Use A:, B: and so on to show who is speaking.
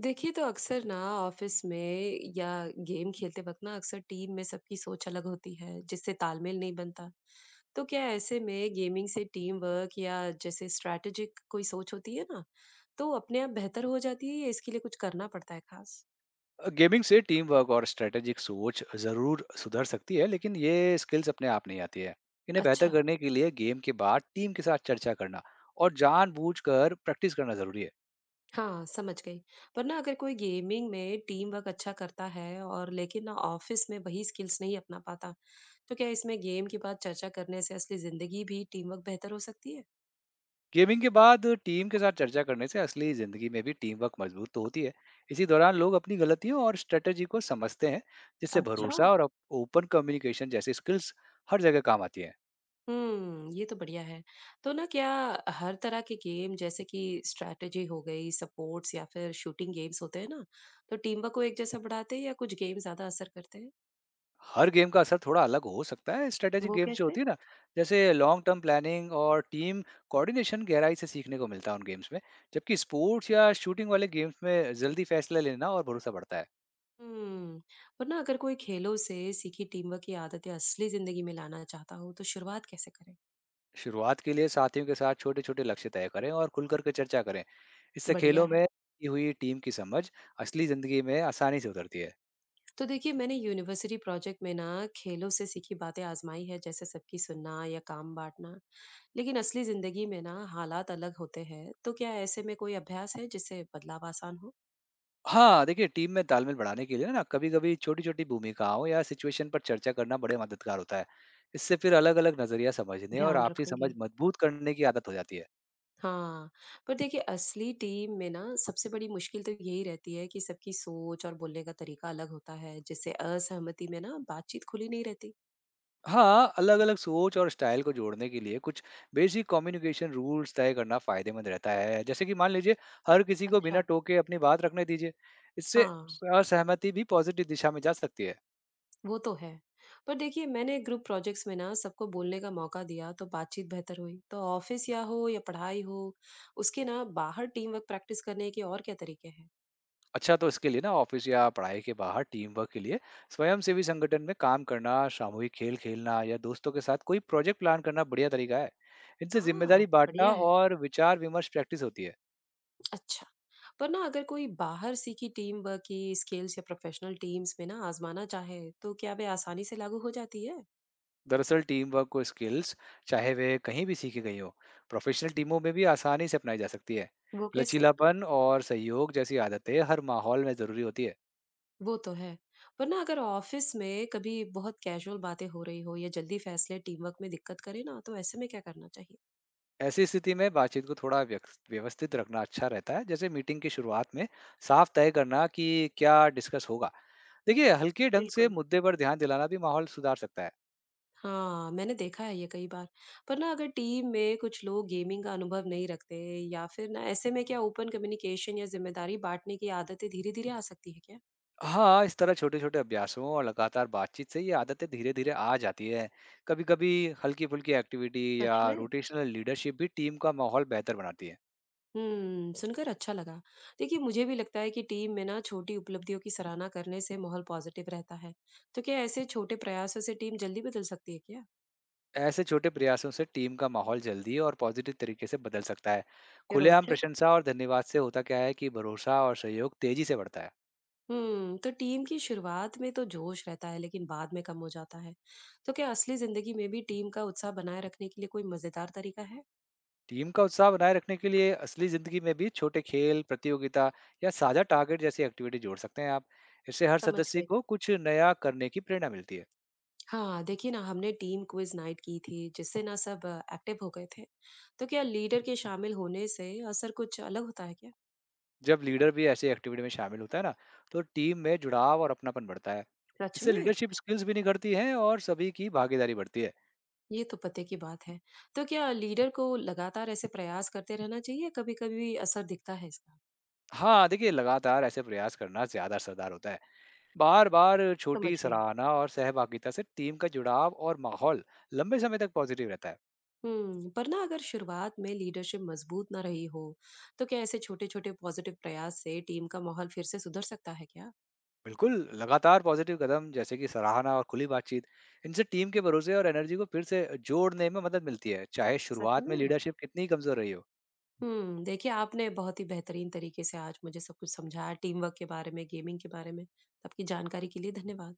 A: देखिए तो अक्सर ना ऑफिस में या गेम खेलते वक्त ना अक्सर टीम में सबकी सोच अलग होती है, जिससे तालमेल नहीं बनता। तो क्या ऐसे में गेमिंग से टीम वर्क या जैसे स्ट्रैटेजिक कोई सोच होती है ना, तो अपने आप बेहतर हो जाती है या इसके लिए कुछ करना पड़ता है खास?
B: गेमिंग से टीम वर्क और स्ट्रेटेजिक सोच जरूर सुधर सकती है लेकिन ये स्किल्स अपने आप नहीं आती है। इन्हें बेहतर
A: अच्छा।
B: करने के लिए गेम के बाद टीम के साथ चर्चा करना और जानबूझकर प्रैक्टिस करना जरूरी है।
A: हाँ, समझ गई। पर ना अगर कोई गेमिंग में टीम वर्क अच्छा करता है और लेकिन ना ऑफिस में वही स्किल्स नहीं अपना पाता, तो क्या इसमें गेम के बाद चर्चा करने से असली जिंदगी भी टीम वर्क बेहतर हो सकती है?
B: गेमिंग के बाद टीम के साथ चर्चा करने से असली जिंदगी में भी टीम वर्क मजबूत तो होती है। इसी दौरान लोग अपनी गलतियों और स्ट्रेटेजी को समझते हैं, जिससे
A: अच्छा।
B: भरोसा और ओपन कम्युनिकेशन जैसी स्किल्स हर जगह काम आती है।
A: ये तो बढ़िया है। तो ना क्या हर तरह के गेम, जैसे कि स्ट्रैटेजी हो गई, सपोर्ट्स या फिर शूटिंग गेम्स होते हैं ना, तो टीमवर्क को एक जैसा बढ़ाते हैं या कुछ गेम ज़्यादा असर करते हैं?
B: हर गेम का असर थोड़ा अलग हो सकता है। स्ट्रैटेजी
A: वो
B: गेम्स जो
A: कैसे?
B: होती है ना, जैसे लॉन्ग टर्म प्लानिंग और टीम कोऑर्डिनेशन गहराई से सीखने को मिलता है उन गेम्स में। जबकि स्पोर्ट्स या शूटिंग वाले गेम्स में जल्दी फैसला लेना और भरोसा बढ़ता है।
A: हुँ, और ना अगर कोई खेलों से सीखी टीमवर्क की आदतें असली ज़िंदगी में लाना चाहता हो, तो शुरुआत कैसे करें?
B: शुरुआत के लिए साथियों के साथ छोटे-छोटे लक्ष्य तय करें और खुल कर के चर्चा करें। इससे
A: बढ़िया
B: खेलों
A: है।
B: में की हुई टीम की समझ असली ज़िंदगी में आसानी से उतरती है।
A: तो देखिए मैंने यूनिवर्सिटी प्रोजेक्ट में ना खेलों से सीखी बातें आजमाई है, जैसे सबकी सुनना या काम बांटना। लेकिन असली जिंदगी में ना हालात अलग होते हैं, तो क्या ऐसे में कोई अभ्यास है जिससे बदलाव आसान हो?
B: हाँ, देखिए टीम में तालमेल बढ़ाने के लिए ना कभी-कभी छोटी-छोटी भूमिकाओं या सिचुएशन पर चर्चा करना बड़े मददगार होता है। इससे फिर अलग-अलग नज़रिया समझने और
A: ध्यान
B: आपसी समझ
A: रखूंगी।
B: मजबूत करने की आदत हो जाती है।
A: हाँ। पर देखिए असली टीम में ना सबसे बड़ी मुश्किल तो यही रहती है कि सबकी सोच और बोलने का तरीका अलग होता है, जिससे असहमति में ना बातचीत खुली नहीं रहती।
B: हाँ, अलग-अलग सोच और स्टाइल को जोड़ने के लिए कुछ बेसिक कम्युनिकेशन रूल्स तय करना फ़ायदेमंद रहता है। जैसे कि मान लीजिए, हर किसी को बिना
A: अच्छा।
B: टोके अपनी बात रखने दीजिए। इससे
A: हाँ।
B: असहमति भी पॉजिटिव दिशा में जा सकती है।
A: वो तो है। पर देखिए मैंने ग्रुप प्रोजेक्ट्स में ना सबको बोलने का मौका दिया तो बातचीत बेहतर हुई। तो ऑफिस या हो या पढ़ाई हो, उसके ना बाहर टीम वर्क प्रैक्टिस करने के और क्या तरीके हैं?
B: अच्छा, तो इसके लिए ना ऑफिस या पढ़ाई के बाहर टीम वर्क के लिए स्वयंसेवी संगठन में काम करना, सामूहिक खेल खेलना या दोस्तों के साथ कोई प्रोजेक्ट प्लान करना बढ़िया तरीका है। इनसे
A: हाँ,
B: जिम्मेदारी बांटना
A: बढ़िया है।
B: और विचार विमर्श प्रैक्टिस होती है।
A: अच्छा। पर ना अगर कोई बाहर सीखी टीम वर्क की स्किल्स या प्रोफेशनल टीम्स में ना आजमाना चाहे, तो क्या वे आसानी से लागू हो जाती है?
B: दरअसल टीम वर्क को स्किल्स, चाहे वे कहीं भी सीखी गई हो, प्रोफेशनल टीमों में भी आसानी से अपनाई जा सकती है।
A: वो कैसे?
B: लचीलापन और सहयोग जैसी आदतें हर माहौल में जरूरी होती है।
A: वो तो है। पर ना अगर ऑफिस में कभी बहुत कैजुअल बातें हो रही हो या जल्दी फैसले टीम वर्क में दिक्कत करे ना, तो ऐसे में क्या करना चाहिए?
B: ऐसी स्थिति में बातचीत को थोड़ा व्यवस्थित रखना अच्छा रहता है, जैसे मीटिंग की शुरुआत में साफ तय करना कि क्या डिस्कस होगा। देखिए, हल्के ढंग से
A: बिल्कुल।
B: मुद्दे पर ध्यान दिलाना भी माहौल सुधार सकता है।
A: हाँ, मैंने देखा है ये कई बार। पर ना अगर टीम में कुछ लोग गेमिंग का अनुभव नहीं रखते या फिर ना ऐसे में क्या ओपन कम्युनिकेशन या ज़िम्मेदारी बाँटने की आदतें धीरे-धीरे आ सकती है क्या?
B: हाँ, इस तरह छोटे छोटे अभ्यासों और लगातार बातचीत से ये आदतें धीरे धीरे आ जाती है। कभी कभी हल्की फुल्की एक्टिविटी या
A: सच में।
B: रोटेशनल लीडरशिप भी टीम का माहौल बेहतर बनाती है।
A: सुनकर अच्छा लगा। देखिए मुझे भी लगता है कि टीम में ना छोटी उपलब्धियों की सराहना करने से माहौल पॉजिटिव रहता है। तो क्या ऐसे छोटे प्रयासों से टीम जल्दी बदल सकती है क्या?
B: ऐसे छोटे प्रयासों से टीम का माहौल जल्दी और पॉजिटिव तरीके से बदल सकता है।
A: ये
B: खुलेआम
A: रोचक।
B: प्रशंसा और धन्यवाद से होता क्या है कि भरोसा और सहयोग तेजी से बढ़ता है।
A: तो टीम की शुरुआत में तो जोश रहता है लेकिन बाद में कम हो जाता है। तो क्या असली ज़िंदगी में भी टीम का उत्साह बनाए रखने के लिए कोई मज़ेदार तरीका है?
B: टीम का उत्साह बनाए रखने के लिए असली जिंदगी में भी छोटे खेल प्रतियोगिता या साझा टारगेट जैसी एक्टिविटी जोड़ सकते हैं आप। इससे हर
A: समझ
B: सदस्य
A: गई।
B: को कुछ नया करने की प्रेरणा मिलती है।
A: हाँ, देखिए ना हमने टीम क्विज नाइट की थी, जिससे ना सब एक्टिव हो गए थे। तो क्या लीडर के शामिल होने से असर कुछ अलग होता है क्या?
B: जब लीडर भी ऐसी एक्टिविटी में शामिल होता है ना, तो टीम में जुड़ाव और अपनापन बढ़ता है।
A: सच
B: इससे
A: में?
B: लीडरशिप स्किल्स भी निखरती हैं और सभी की भागीदारी बढ़ती है।
A: ये तो पते की बात है। तो क्या लीडर को लगातार ऐसे प्रयास करते रहना चाहिए? कभी-कभी असर दिखता है इसका।
B: हाँ, देखिए लगातार ऐसे प्रयास करना ज्यादा असरदार होता है। बार बार
A: समझ
B: छोटी
A: गए।
B: सराहना और सहभागिता से टीम का जुड़ाव और माहौल लंबे समय तक पॉजिटिव रहता है।
A: हम्म, पर ना अगर शुरुआत में लीडरशिप मजबूत ना रही हो, तो क्या ऐसे छोटे-छोटे पॉजिटिव प्रयास से टीम का माहौल फिर से सुधर सकता है क्या?
B: बिल्कुल, लगातार पॉज़िटिव कदम जैसे कि सराहना और खुली बातचीत, इनसे टीम के भरोसे और एनर्जी को फिर से जोड़ने में मदद मिलती है, चाहे
A: सच
B: शुरुआत में
A: में?
B: लीडरशिप कितनी ही कमज़ोर रही हो।
A: देखिए आपने बहुत ही बेहतरीन तरीके से आज मुझे सब कुछ समझाया टीम वर्क के बारे में, गेमिंग के बारे में। आपकी जानकारी के लिए धन्यवाद।